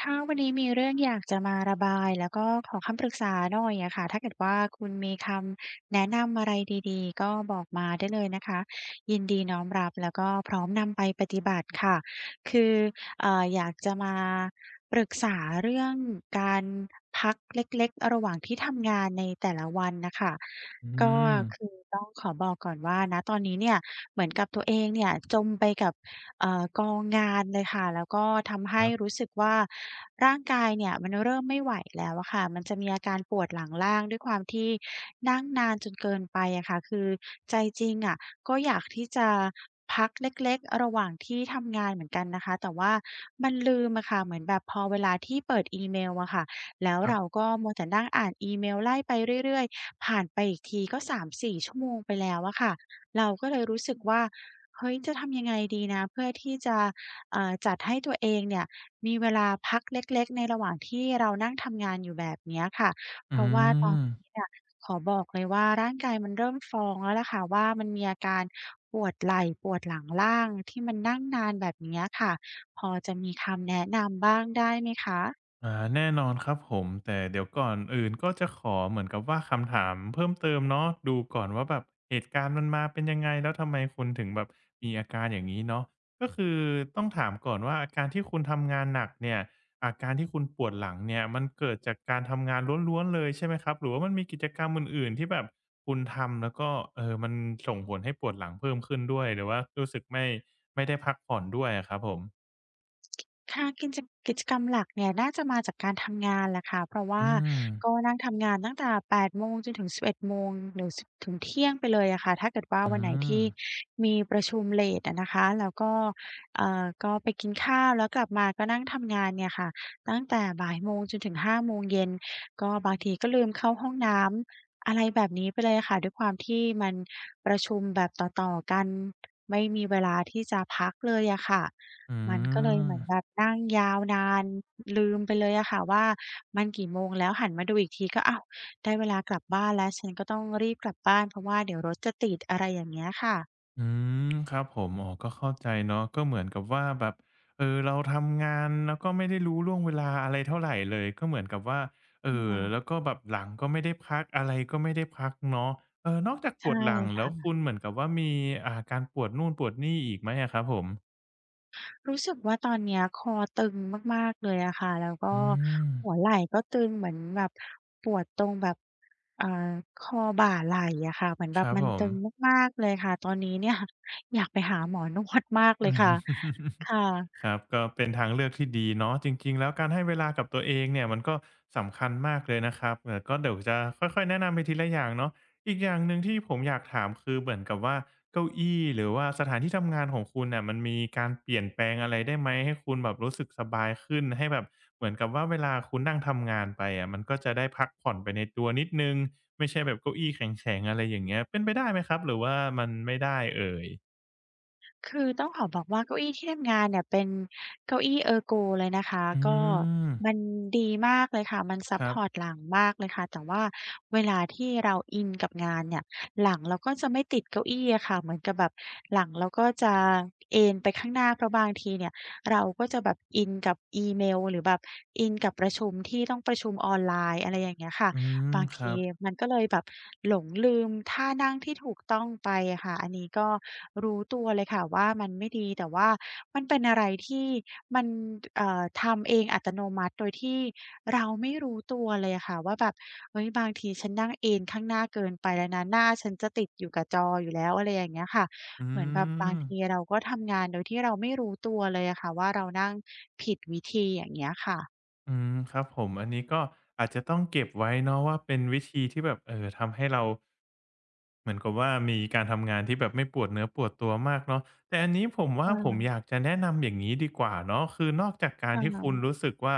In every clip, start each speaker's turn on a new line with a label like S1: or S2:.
S1: ค่ะวันนี้มีเรื่องอยากจะมาระบายแล้วก็ขอคำปรึกษาหน่อยอะค่ะถ้าเกิดว่าคุณมีคำแนะนำอะไรดีๆก็บอกมาได้เลยนะคะยินดีน้อมรับแล้วก็พร้อมนำไปปฏิบัติค่ะคืออยากจะมาปรึกษาเรื่องการพักเล็กๆระหว่างที่ทำงานในแต่ละวันนะคะ
S2: อื
S1: ก็
S2: ม
S1: คือต้องขอบอกก่อนว่านะตอนนี้เนี่ยเหมือนกับตัวเองเนี่ยจมไปกับ กองงานเลยค่ะแล้วก็ทำ
S2: ค
S1: ให้
S2: รับ
S1: รู้สึกว่าร่างกายเนี่ยมันเริ่มไม่ไหวแล้วอะค่ะมันจะมีอาการปวดหลังล่างด้วยความที่นั่งนานจนเกินไปอะค่ะคือใจจริงอะก็อยากที่จะพักเล็กๆระหว่างที่ทำงานเหมือนกันนะคะแต่ว่ามันลืมอะค่ะเหมือนแบบพอเวลาที่เปิดอีเมลอะค่ะแล้ว
S2: ครั
S1: เรา
S2: บ
S1: ก็มัวแต่นั่งอ่านอีเมลไล่ไปเรื่อยๆผ่านไปอีกทีก็3-4ชั่วโมงไปแล้วอะค่ะเราก็เลยรู้สึกว่า เฮ้ย จะทำยังไงดีนะเพื่อที่จะจัดให้ตัวเองเนี่ยมีเวลาพักเล็กๆในระหว่างที่เรานั่งทำงานอยู่แบบเนี้ยค่ะเพ
S2: อื
S1: ราะว่าตอน
S2: ม
S1: นี้เนี่ยขอบอกเลยว่าร่างกายมันเริ่มฟ้องแล้วล่ะค่ะว่ามันมีอาการปวดไหล่ปวดหลังล่างที่มันนั่งนานแบบเนี้ยค่ะพอจะมีคำแนะนำบ้างได้ไหมคะ
S2: แน่นอนครับผมแต่เดี๋ยวก่อนอื่นก็จะขอเหมือนกับว่าคำถามเพิ่มเติมเนาะดูก่อนว่าแบบเหตุการณ์มันมาเป็นยังไงแล้วทำไมคุณถึงแบบมีอาการอย่างนี้เนาะก็คือต้องถามก่อนว่าอาการที่คุณทำงานหนักเนี่ยอาการที่คุณปวดหลังเนี่ยมันเกิดจากการทำงานล้วนๆเลยใช่ไหมครับหรือว่ามันมีกิจกรรมอื่นๆที่แบบคุณทำแล้วก็มันส่งผลให้ปวดหลังเพิ่มขึ้นด้วยหรือว่ารู้สึกไม่ได้พักผ่อนด้วยอะครับผม
S1: ค่ะกิจกรรมหลักเนี่ยน่าจะมาจากการทำงานแหละค่ะเพราะ
S2: อื
S1: ว่า
S2: ม
S1: ก็นั่งทำงานตั้งแต่8 โมงจนถึง11 โมงหรือสบถึงเที่ยงไปเลยอะค่ะถ้าเกิดว่า
S2: อื
S1: วันไหน
S2: ม
S1: ที่มีประชุมเลตอะนะคะแล้วก็ก็ไปกินข้าวแล้วกลับมาก็นั่งทำงานเนี่ยค่ะตั้งแต่บ่ายโมงจนถึง5 โมงเย็นก็บางทีก็ลืมเข้าห้องน้ำอะไรแบบนี้ไปเลยค่ะด้วยความที่มันประชุมแบบต่อๆกันไม่มีเวลาที่จะพักเลยอะค่ะ
S2: อื
S1: มันก็เลย
S2: ม
S1: เหมือนแบบนั่งยาวนานลืมไปเลยอะค่ะว่ามันกี่โมงแล้วหันมาดูอีกทีก็อ้าวได้เวลากลับบ้านแล้วฉันก็ต้องรีบกลับบ้านเพราะว่าเดี๋ยวรถจะติดอะไรอย่างเงี้ยค่ะ
S2: อืมครับผมอ๋อก็เข้าใจเนาะก็เหมือนกับว่าแบบเออเราทำงานแล้วก็ไม่ได้รู้ล่วงเวลาอะไรเท่าไรเลย ก็เหมือนกับว่าเอ่
S1: อื
S2: อ
S1: ม
S2: แล้วก็แบบหลังก็ไม่ได้พักอะไรก็ไม่ได้พักเนาะเออนอกจากป
S1: ใช่
S2: วดหลังแล้ว
S1: ค่ะ
S2: คุณเหมือนกับว่ามีการปวดนู่นปวดนี่อีกไหมอะครับผม
S1: รู้สึกว่าตอนเนี้ยคอตึงมากๆเลยอะค่ะแล้วก็
S2: อืม
S1: หัวไหล่ก็ตึงเหมือนแบบปวดตรงแบบอ่าคอบ่าไหล่อะค่ะเหมือน
S2: ค
S1: แบบ
S2: รับ
S1: มั
S2: ผ
S1: น
S2: ม
S1: ตึงมากๆเลยค่ะตอนนี้เนี่ย อยากไปหาหมอนวดมากเล
S2: อื
S1: ย
S2: ม
S1: ค่ะค่ะ
S2: ครับก็เป็นทางเลือกที่ดีเนาะจริงๆแล้วการให้เวลากับตัวเองเนี่ยมันก็สำคัญมากเลยนะครับก็เดี๋ยวจะค่อยๆแนะนำไปทีละอย่างเนาะอีกอย่างหนึ่งที่ผมอยากถามคือเหมือนกับว่าเก้าอี้หรือว่าสถานที่ทำงานของคุณน่ะมันมีการเปลี่ยนแปลงอะไรได้ไหมให้คุณแบบรู้สึกสบายขึ้นให้แบบเหมือนกับว่าเวลาคุณนั่งทำงานไปอะมันก็จะได้พักผ่อนไปในตัวนิดหนึ่งไม่ใช่แบบเก้าอี้แข็งๆอะไรอย่างเงี้ยเป็นไปได้ไหมครับหรือว่ามันไม่ได้เอ่ย
S1: คือต้องขอบอกว่าเก้าอี้ที่ทำงานเนี่ยเป็นเก้าอี้ Ergo เลยนะคะ
S2: อื
S1: ก็
S2: ม
S1: มันดีมากเลยค่ะมันซั
S2: ค
S1: ป
S2: รั
S1: พอร์ต
S2: บ
S1: หลังมากเลยค่ะแต่ว่าเวลาที่เราอินกับงานเนี่ยหลังเราก็จะไม่ติดเก้าอี้อะค่ะเหมือนกับแบบหลังเราก็จะเอนไปข้างหน้าเพราะบางทีเนี่ยเราก็จะแบบอินกับอีเมลหรือแบบอินกับประชุมที่ต้องประชุมออนไลน์อะไรอย่างเงี้ยค่ะ
S2: อืม
S1: บาง
S2: ค
S1: ที
S2: รับ
S1: มันก็เลยแบบหลงลืมท่านั่งที่ถูกต้องไปอะค่ะอันนี้ก็รู้ตัวเลยค่ะว่ามันไม่ดีแต่ว่ามันเป็นอะไรที่มันทำเองอัตโนมัติโดยที่เราไม่รู้ตัวเลยอะค่ะว่าแบบเฮ้ยบางทีฉันนั่งเอนข้างหน้าเกินไปแล้วนะหน้าฉันจะติดอยู่กับจออยู่แล้วอะไรอย่างเงี้ยค่ะ
S2: อื
S1: เหมือนแบบบาง
S2: ม
S1: ทีเราก็ทำงานโดยที่เราไม่รู้ตัวเลยอะค่ะว่าเรานั่งผิดวิธีอย่างเงี้ยค่ะ
S2: อืม ครับผมอันนี้ก็อาจจะต้องเก็บไว้เนาะว่าเป็นวิธีที่แบบเออทำให้เราเหมือนกับว่ามีการทำงานที่แบบไม่ปวดเนื้อปวดตัวมากเนาะแต่อันนี้ผมว่าผมอ
S1: เออ
S2: ยากจะแนะนำอย่างงี้ดีกว่าเนาะคือนอกจากการ
S1: ค่
S2: ที่คุณรู้
S1: ะ
S2: สึกว่า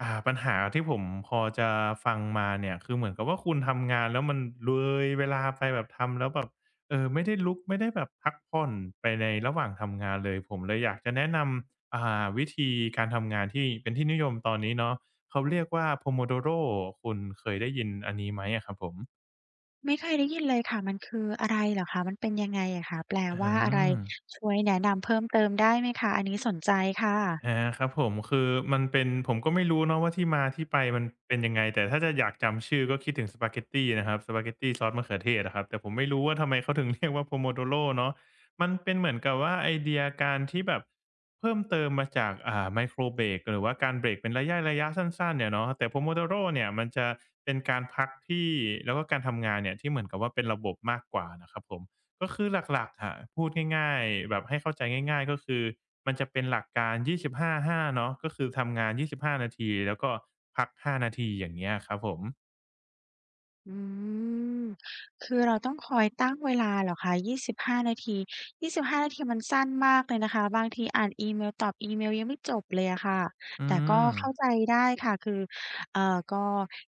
S2: ปัญหาที่ผมพอจะฟังมาเนี่ยคือเหมือนกับว่าคุณทำงานแล้วมันเลยเวลาไปแบบทำแล้วแบบไม่ได้ลุกไม่ได้แบบพักผ่อนไปในระหว่างทำงานเลยผมเลยอยากจะแนะนำ วิธีการทำงานที่เป็นที่นิยมตอนนี้เนาะเขาเรียกว่า Pomodoro คุณเคยได้ยินอันนี้ไหมอะครับผม
S1: ไม่เคยได้ยินเลยค่ะมันคืออะไรเหรอคะมันเป็นยังไงอะคะแปล
S2: อื
S1: ว่าอะไร
S2: ม
S1: ช่วยแนะนำเพิ่มเติมได้ไหมคะอันนี้สนใจค่ะ
S2: อาครับผมคือมันเป็นผมก็ไม่รู้เนาะว่าที่มาที่ไปมันเป็นยังไงแต่ถ้าจะอยากจำชื่อก็คิดถึงสปาเกตตีนะครับสปาเกตตีซอสมะเขือเทศอะครับแต่ผมไม่รู้ว่าทำไมเขาถึงเรียกว่า Pomodoro เนาะมันเป็นเหมือนกับว่าไอเดียการที่แบบเพิ่มเติมมาจากไมโครเบรกหรือว่าการเบรกเป็นระยะๆสั้นๆเนี่ยเนาะแต่ Pomodoro เนี่ยมันจะเป็นการพักที่แล้วก็การทำงานเนี่ยที่เหมือนกับว่าเป็นระบบมากกว่านะครับผม ก็คือหลักๆอะพูดง่ายๆแบบให้เข้าใจง่ายๆก็คือมันจะเป็นหลักการ2 5าห้าเนาะก็คือทำงาน25นาทีแล้วก็พัก5นาทีอย่างเงี้ยครับผม
S1: อืมคือเราต้องคอยตั้งเวลาเหรอคะ25นาที25นาทีมันสั้นมากเลยนะคะบางทีอ่านอีเมลตอบอีเมลยังไม่จบเลยอะค่ะ
S2: อื
S1: แต่ก็
S2: ม
S1: เข้าใจได้ค่ะคือก็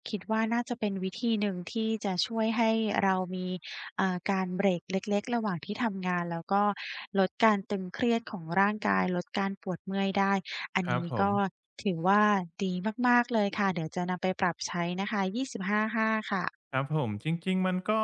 S1: คิดว่าน่าจะเป็นวิธีหนึ่งที่จะช่วยให้เรามีการเบรกเล็กๆระหว่างที่ทำงานแล้วก็ลดการตึงเครียดของร่างกายลดการปวดเมื่อยได้อัน
S2: ครับ
S1: นี้
S2: ผม
S1: ก็ถือว่าดีมากๆเลยค่ะเดี๋ยวจะนำไปปรับใช้นะคะ25/5ค่ะ
S2: ครับผมจริงๆมันก็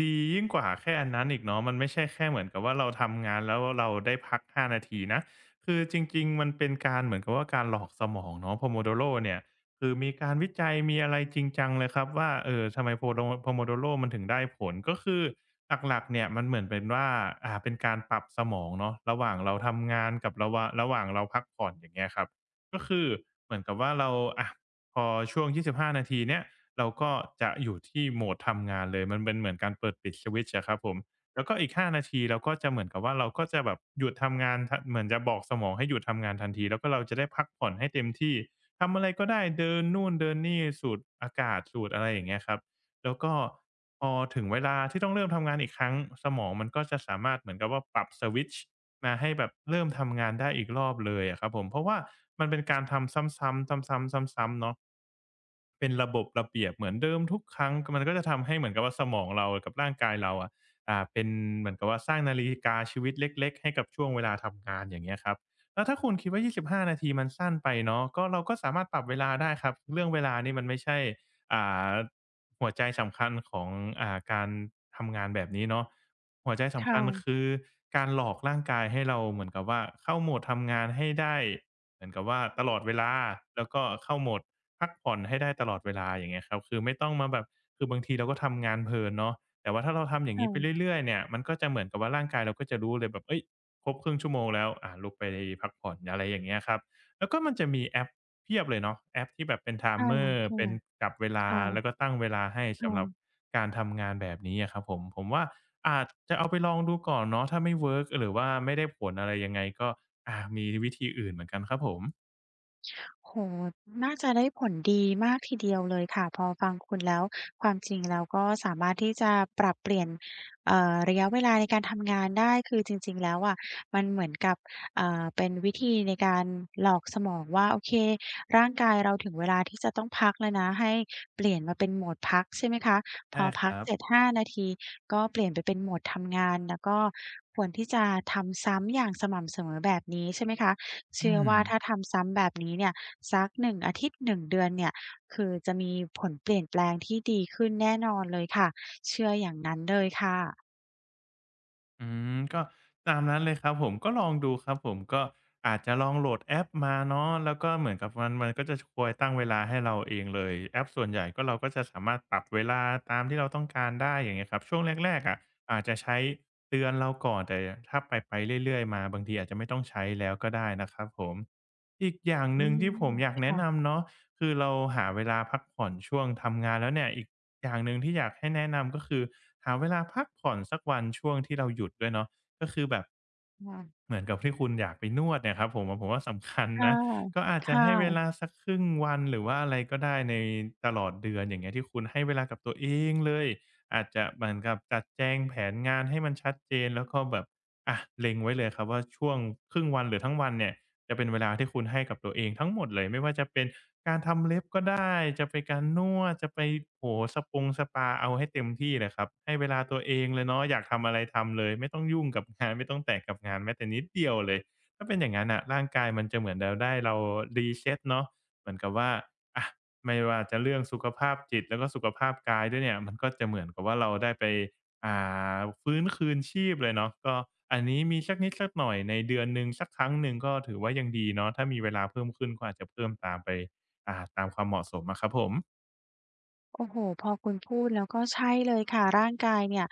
S2: ดียิ่งกว่าแค่อันนั้นอีกเนาะมันไม่ใช่แค่เหมือนกับว่าเราทำงานแล้วเราได้พัก5นาทีนะคือจริงๆมันเป็นการเหมือนกับว่าการหลอกสมองเนาะ Pomodoro เนี่ยคือมีการวิจัยมีอะไรจริงจังเลยครับว่าทำไม Pomodoro มันถึงได้ผลก็คือหลักๆเนี่ยมันเหมือนเป็นว่าเป็นการปรับสมองเนาะระหว่างเราทำงานกับระหว่างเราพักผ่อนอย่างเงี้ยครับก็คือเหมือนกับว่าเราอะพอช่วงยี่สิบห้านาทีเนี้ย เราก็จะอยู่ที่โหมดทำงานเลยมันเป็นเหมือนการเปิดปิดสวิตช์อะครับผมแล้วก็อีก5นาทีเราก็จะเหมือนกับว่าเราก็จะแบบหยุดทำงานทเหมือนจะบอกสมองให้หยุดทำงานทันทีแล้วก็เราจะได้พักผ่อนให้เต็มที่ทำอะไรก็ได้เดินนู่นเดินนี่สูดอากาศสูดอะไรอย่างเงี้ยครับแล้วก็พอถึงเวลาที่ต้องเริ่มทำงานอีกครั้งสมองมันก็จะสามารถเหมือนกับว่าปรับสวิตช์มาให้แบบเริ่มทำงานได้อีกรอบเลยอะครับผมเพราะว่ามันเป็นการทำซ้ำๆซ้ำๆซ้ำๆเนาะ เป็นระบบระเบียบเหมือนเดิมทุกครั้งมันก็จะทำให้เหมือนกับว่าสมองเรากับร่างกายเราอะเป็นเหมือนกับว่าสร้างนาฬิกาชีวิตเล็กๆให้กับช่วงเวลาทำงานอย่างเงี้ยครับแล้วถ้าคุณคิดว่า25นาทีมันสั้นไปเนาะก็เราก็สามารถปรับเวลาได้ครับเรื่องเวลานี่มันไม่ใช่อ่าหัวใจสำคัญของการทำงานแบบนี้เนาะหัวใจ
S1: ค
S2: สำคัญคื
S1: ่ะ
S2: อการหลอกร่างกายให้เราเหมือนกับว่าเข้าโหมดทำงานให้ได้เหมือนกับว่าตลอดเวลาแล้วก็เข้าโหมด พักผ่อนให้ได้ตลอดเวลาอย่างเงี้ยครับคือไม่ต้องมาแบบคือบางทีเราก็ทำงานเพลินเนาะแต่ว่าถ้าเราทำอย่างนี้ไป
S1: ค่ะ
S2: เรื่อยๆเนี่ยมันก็จะเหมือนกับว่าร่างกายเราก็จะรู้เลยแบบเฮ้ยครบครึ่งชั่วโมงแล้วอาลุกไปพักผ่อนอะไรอย่างเงี้ยครับแล้วก็มันจะมีแอปเพียบเลยเนาะแอปที่แบบเป็น
S1: ค่ะ
S2: timer
S1: ค่ะ
S2: เป็นกลับเวลาแล้ว
S1: ค่ะ
S2: ก็ตั้งเวลาให้สำหรับ
S1: ค่ะ
S2: การทำงานแบบนี้อะครับผมผมว่าอาจจะเอาไปลองดูก่อนเนาะถ้าไม่เวิร์กหรือว่าไม่ได้ผลอะไรยังไงก็มีวิธีอื่นเหมือนกันครับผม
S1: โอ้โฮน่าจะได้ผลดีมากทีเดียวเลยค่ะพอฟังคุณแล้วความจริงแล้วก็สามารถที่จะปรับเปลี่ยนระยะเวลาในการทำงานได้คือจริงๆแล้วอะมันเหมือนกับเป็นวิธีในการหลอกสมองว่าโอเคร่างกายเราถึงเวลาที่จะต้องพักแล้วนะให้เปลี่ยนมาเป็นโหมดพักใช่ไหมคะพ
S2: ใช่
S1: อ
S2: ค
S1: พัก
S2: รับ
S1: เสร็จ5 นาทีก็เปลี่ยนไปเป็นโหมดทำงานแล้วก็ควรที่จะทำซ้ำอย่างสม่ำเสมอแบบนี้ใช่ไหมคะ
S2: อื
S1: เชื่อ
S2: ม
S1: ว่าถ้าทำซ้ำแบบนี้เนี่ย สักหนึ่งอาทิตย์หนึ่งเดือนเนี่ยคือจะมีผลเปลี่ยนแปลงที่ดีขึ้นแน่นอนเลยค่ะเชื่ออย่างนั้นเลยค่ะ
S2: อืมก็ตามนั้นเลยครับผมก็ลองดูครับผมก็อาจจะลองโหลดแอปมาเนาะแล้วก็เหมือนกับมันก็จะคอยตั้งเวลาให้เราเองเลยแอปส่วนใหญ่ก็เราก็จะสามารถปรับเวลาตามที่เราต้องการได้อย่างเงี้ยครับช่วงแรกๆอะอาจจะใช้เตือนเราก่อนแต่ถ้าไปๆเรื่อยๆมาบางทีอาจจะไม่ต้องใช้แล้วก็ได้นะครับผมอีกอย่างห
S1: อื
S2: นึ่ง
S1: ม
S2: ที่ผมอยากแนะ
S1: ค่ะ
S2: นำเนาะคือเราหาเวลาพักผ่อนช่วงทำงานแล้วเนี่ยอีก อย่างหนึ่งที่อยากให้แนะนำก็คือหาเวลาพักผ่อนสักวันช่วงที่เราหยุดด้วยเนาะก็คือแบบ
S1: ค่ะ
S2: เหมือนกับที่คุณอยากไปนวดเนี่ยครับผมผมว่าสำคัญ
S1: ค่ะ
S2: นะก็อาจ
S1: ค
S2: จะให้เวลา
S1: ่ะ
S2: สักครึ่งวันหรือว่าอะไรก็ได้ในตลอดเดือนอย่างเงี้ยที่คุณให้เวลากับตัวเองเลยอาจจะเหมือนกับจัดแจงแผนงานให้มันชัดเจนแล้วก็แบบอะเล็งไว้เลยครับว่าช่วงครึ่งวันหรือทั้งวันเนี่ย จะเป็นเวลาที่คุณให้กับตัวเองทั้งหมดเลยไม่ว่าจะเป็นการทำเล็บก็ได้จะไปการนวดจะไปโอ้โฮสปงสปาเอาให้เต็มที่เลยครับให้เวลาตัวเองเลยเนาะอยากทำอะไรทำเลยไม่ต้องยุ่งกับงานไม่ต้องแตะกับงานแม้แต่นิดเดียวเลยถ้าเป็นอย่างงั้นน่ะร่างกายมันจะเหมือนเราได้เรา reset เนาะเหมือนกับว่าอะไม่ว่าจะเรื่องสุขภาพจิตแล้วก็สุขภาพกายด้วยเนี่ยมันก็จะเหมือนกับว่าเราได้ไป อ่าฟื้นคืนชีพเลยเนาะก็อันนี้มีสักนิดสักหน่อยในเดือนหนึ่งสักครั้งหนึ่งก็ถือว่ายังดีเนาะถ้ามีเวลาเพิ่มขึ้นก็อาจจะเพิ่มตามไปตามความเหมาะสมอะครับผม
S1: โอ้โฮพอคุณพูดแล้วก็ใช่เลยค่ะร่างกายเนี่ย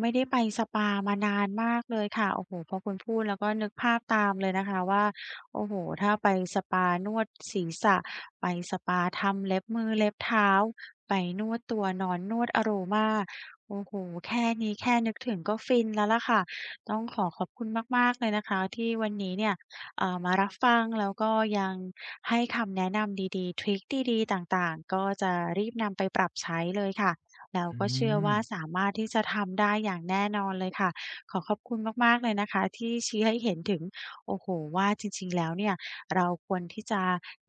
S1: ไม่ได้ไปสปามานานมากเลยค่ะโอ้โฮพอคุณพูดแล้วก็นึกภาพตามเลยนะคะว่าโอ้โฮถ้าไปสปานวดศีรษะไปสปาทำเล็บมือเล็บเท้าไปนวดตัวนอนนวดอโรมาโอ้โฮแค่นี้แค่นึกถึงก็ฟินแล้วล่ะค่ะต้องขอขอบคุณมากๆเลยนะคะที่วันนี้เนี่ยมารับฟังแล้วก็ยัง ให้คำแนะนำดีๆทริคดีๆต่างๆ ก็จะรีบนำไปปรับใช้เลยค่ะ แล้ว
S2: อื
S1: ก็เชื่อ
S2: ม
S1: ว่าสามารถที่จะทำได้อย่างแน่นอนเลยค่ะ ขอขอบคุณมากๆเลยนะคะที่ชี้ให้เห็นถึงโอ้โฮว่าจริงๆ แล้วเนี่ยเราควรที่จะ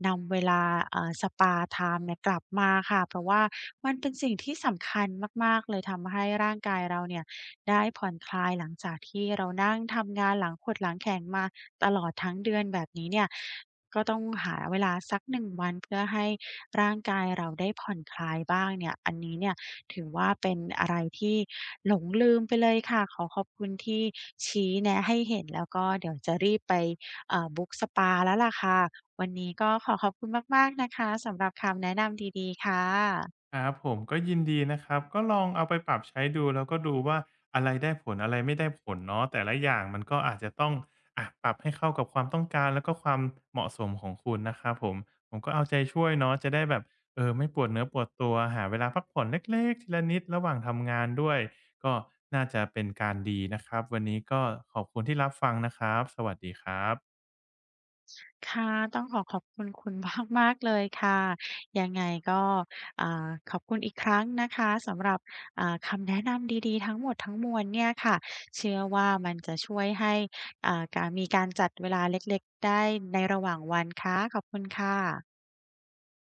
S1: นำเวลาสปาไทม์เนี่ยกลับมาค่ะเพราะว่ามันเป็นสิ่งที่สำคัญมากๆเลยทำให้ร่างกายเราเนี่ยได้ผ่อนคลายหลังจากที่เรานั่งทำงานหลังขดหลังแข็งมา ตลอดทั้งเดือนแบบนี้เนี่ยก็ต้องหาเวลาสัก1วันเพื่อให้ร่างกายเราได้ผ่อนคลายบ้างเนี่ยอันนี้เนี่ยถือว่าเป็นอะไรที่หลงลืมไปเลยค่ะขอขอบคุณที่ชี้แนะให้เห็นแล้วก็เดี๋ยวจะรีบไปบุ๊กสปาแล้วล่ะค่ะวันนี้ก็ขอขอบคุณมากๆนะคะสำหรับคำแนะนำดีๆค่ะ
S2: ครับผมก็ยินดีนะครับก็ลองเอาไปปรับใช้ดูแล้วก็ดูว่าอะไรได้ผลอะไรไม่ได้ผลเนาะแต่ละอย่างมันก็อาจจะต้องปรับให้เข้ากับความต้องการแล้วก็ความเหมาะสมของคุณนะครับผมผมก็เอาใจช่วยเนาะจะได้แบบเออไม่ปวดเนื้อปวดตัวหาเวลาพักผ่อนเล็กๆทีละนิดระหว่างทำงานด้วยก็น่าจะเป็นการดีนะครับวันนี้ก็ขอบคุณที่รับฟังนะครับสวัสดีครับ
S1: ค่ะต้องขอขอบคุณคุณมากๆเลยค่ะยังไงก็ขอบคุณอีกครั้งนะคะสำหรับคำแนะนำดีๆทั้งหมดทั้งมวลเนี่ยค่ะเชื่อว่ามันจะช่วยให้การมีการจัดเวลาเล็กๆได้ในระหว่างวันค่ะขอบคุณค่ะ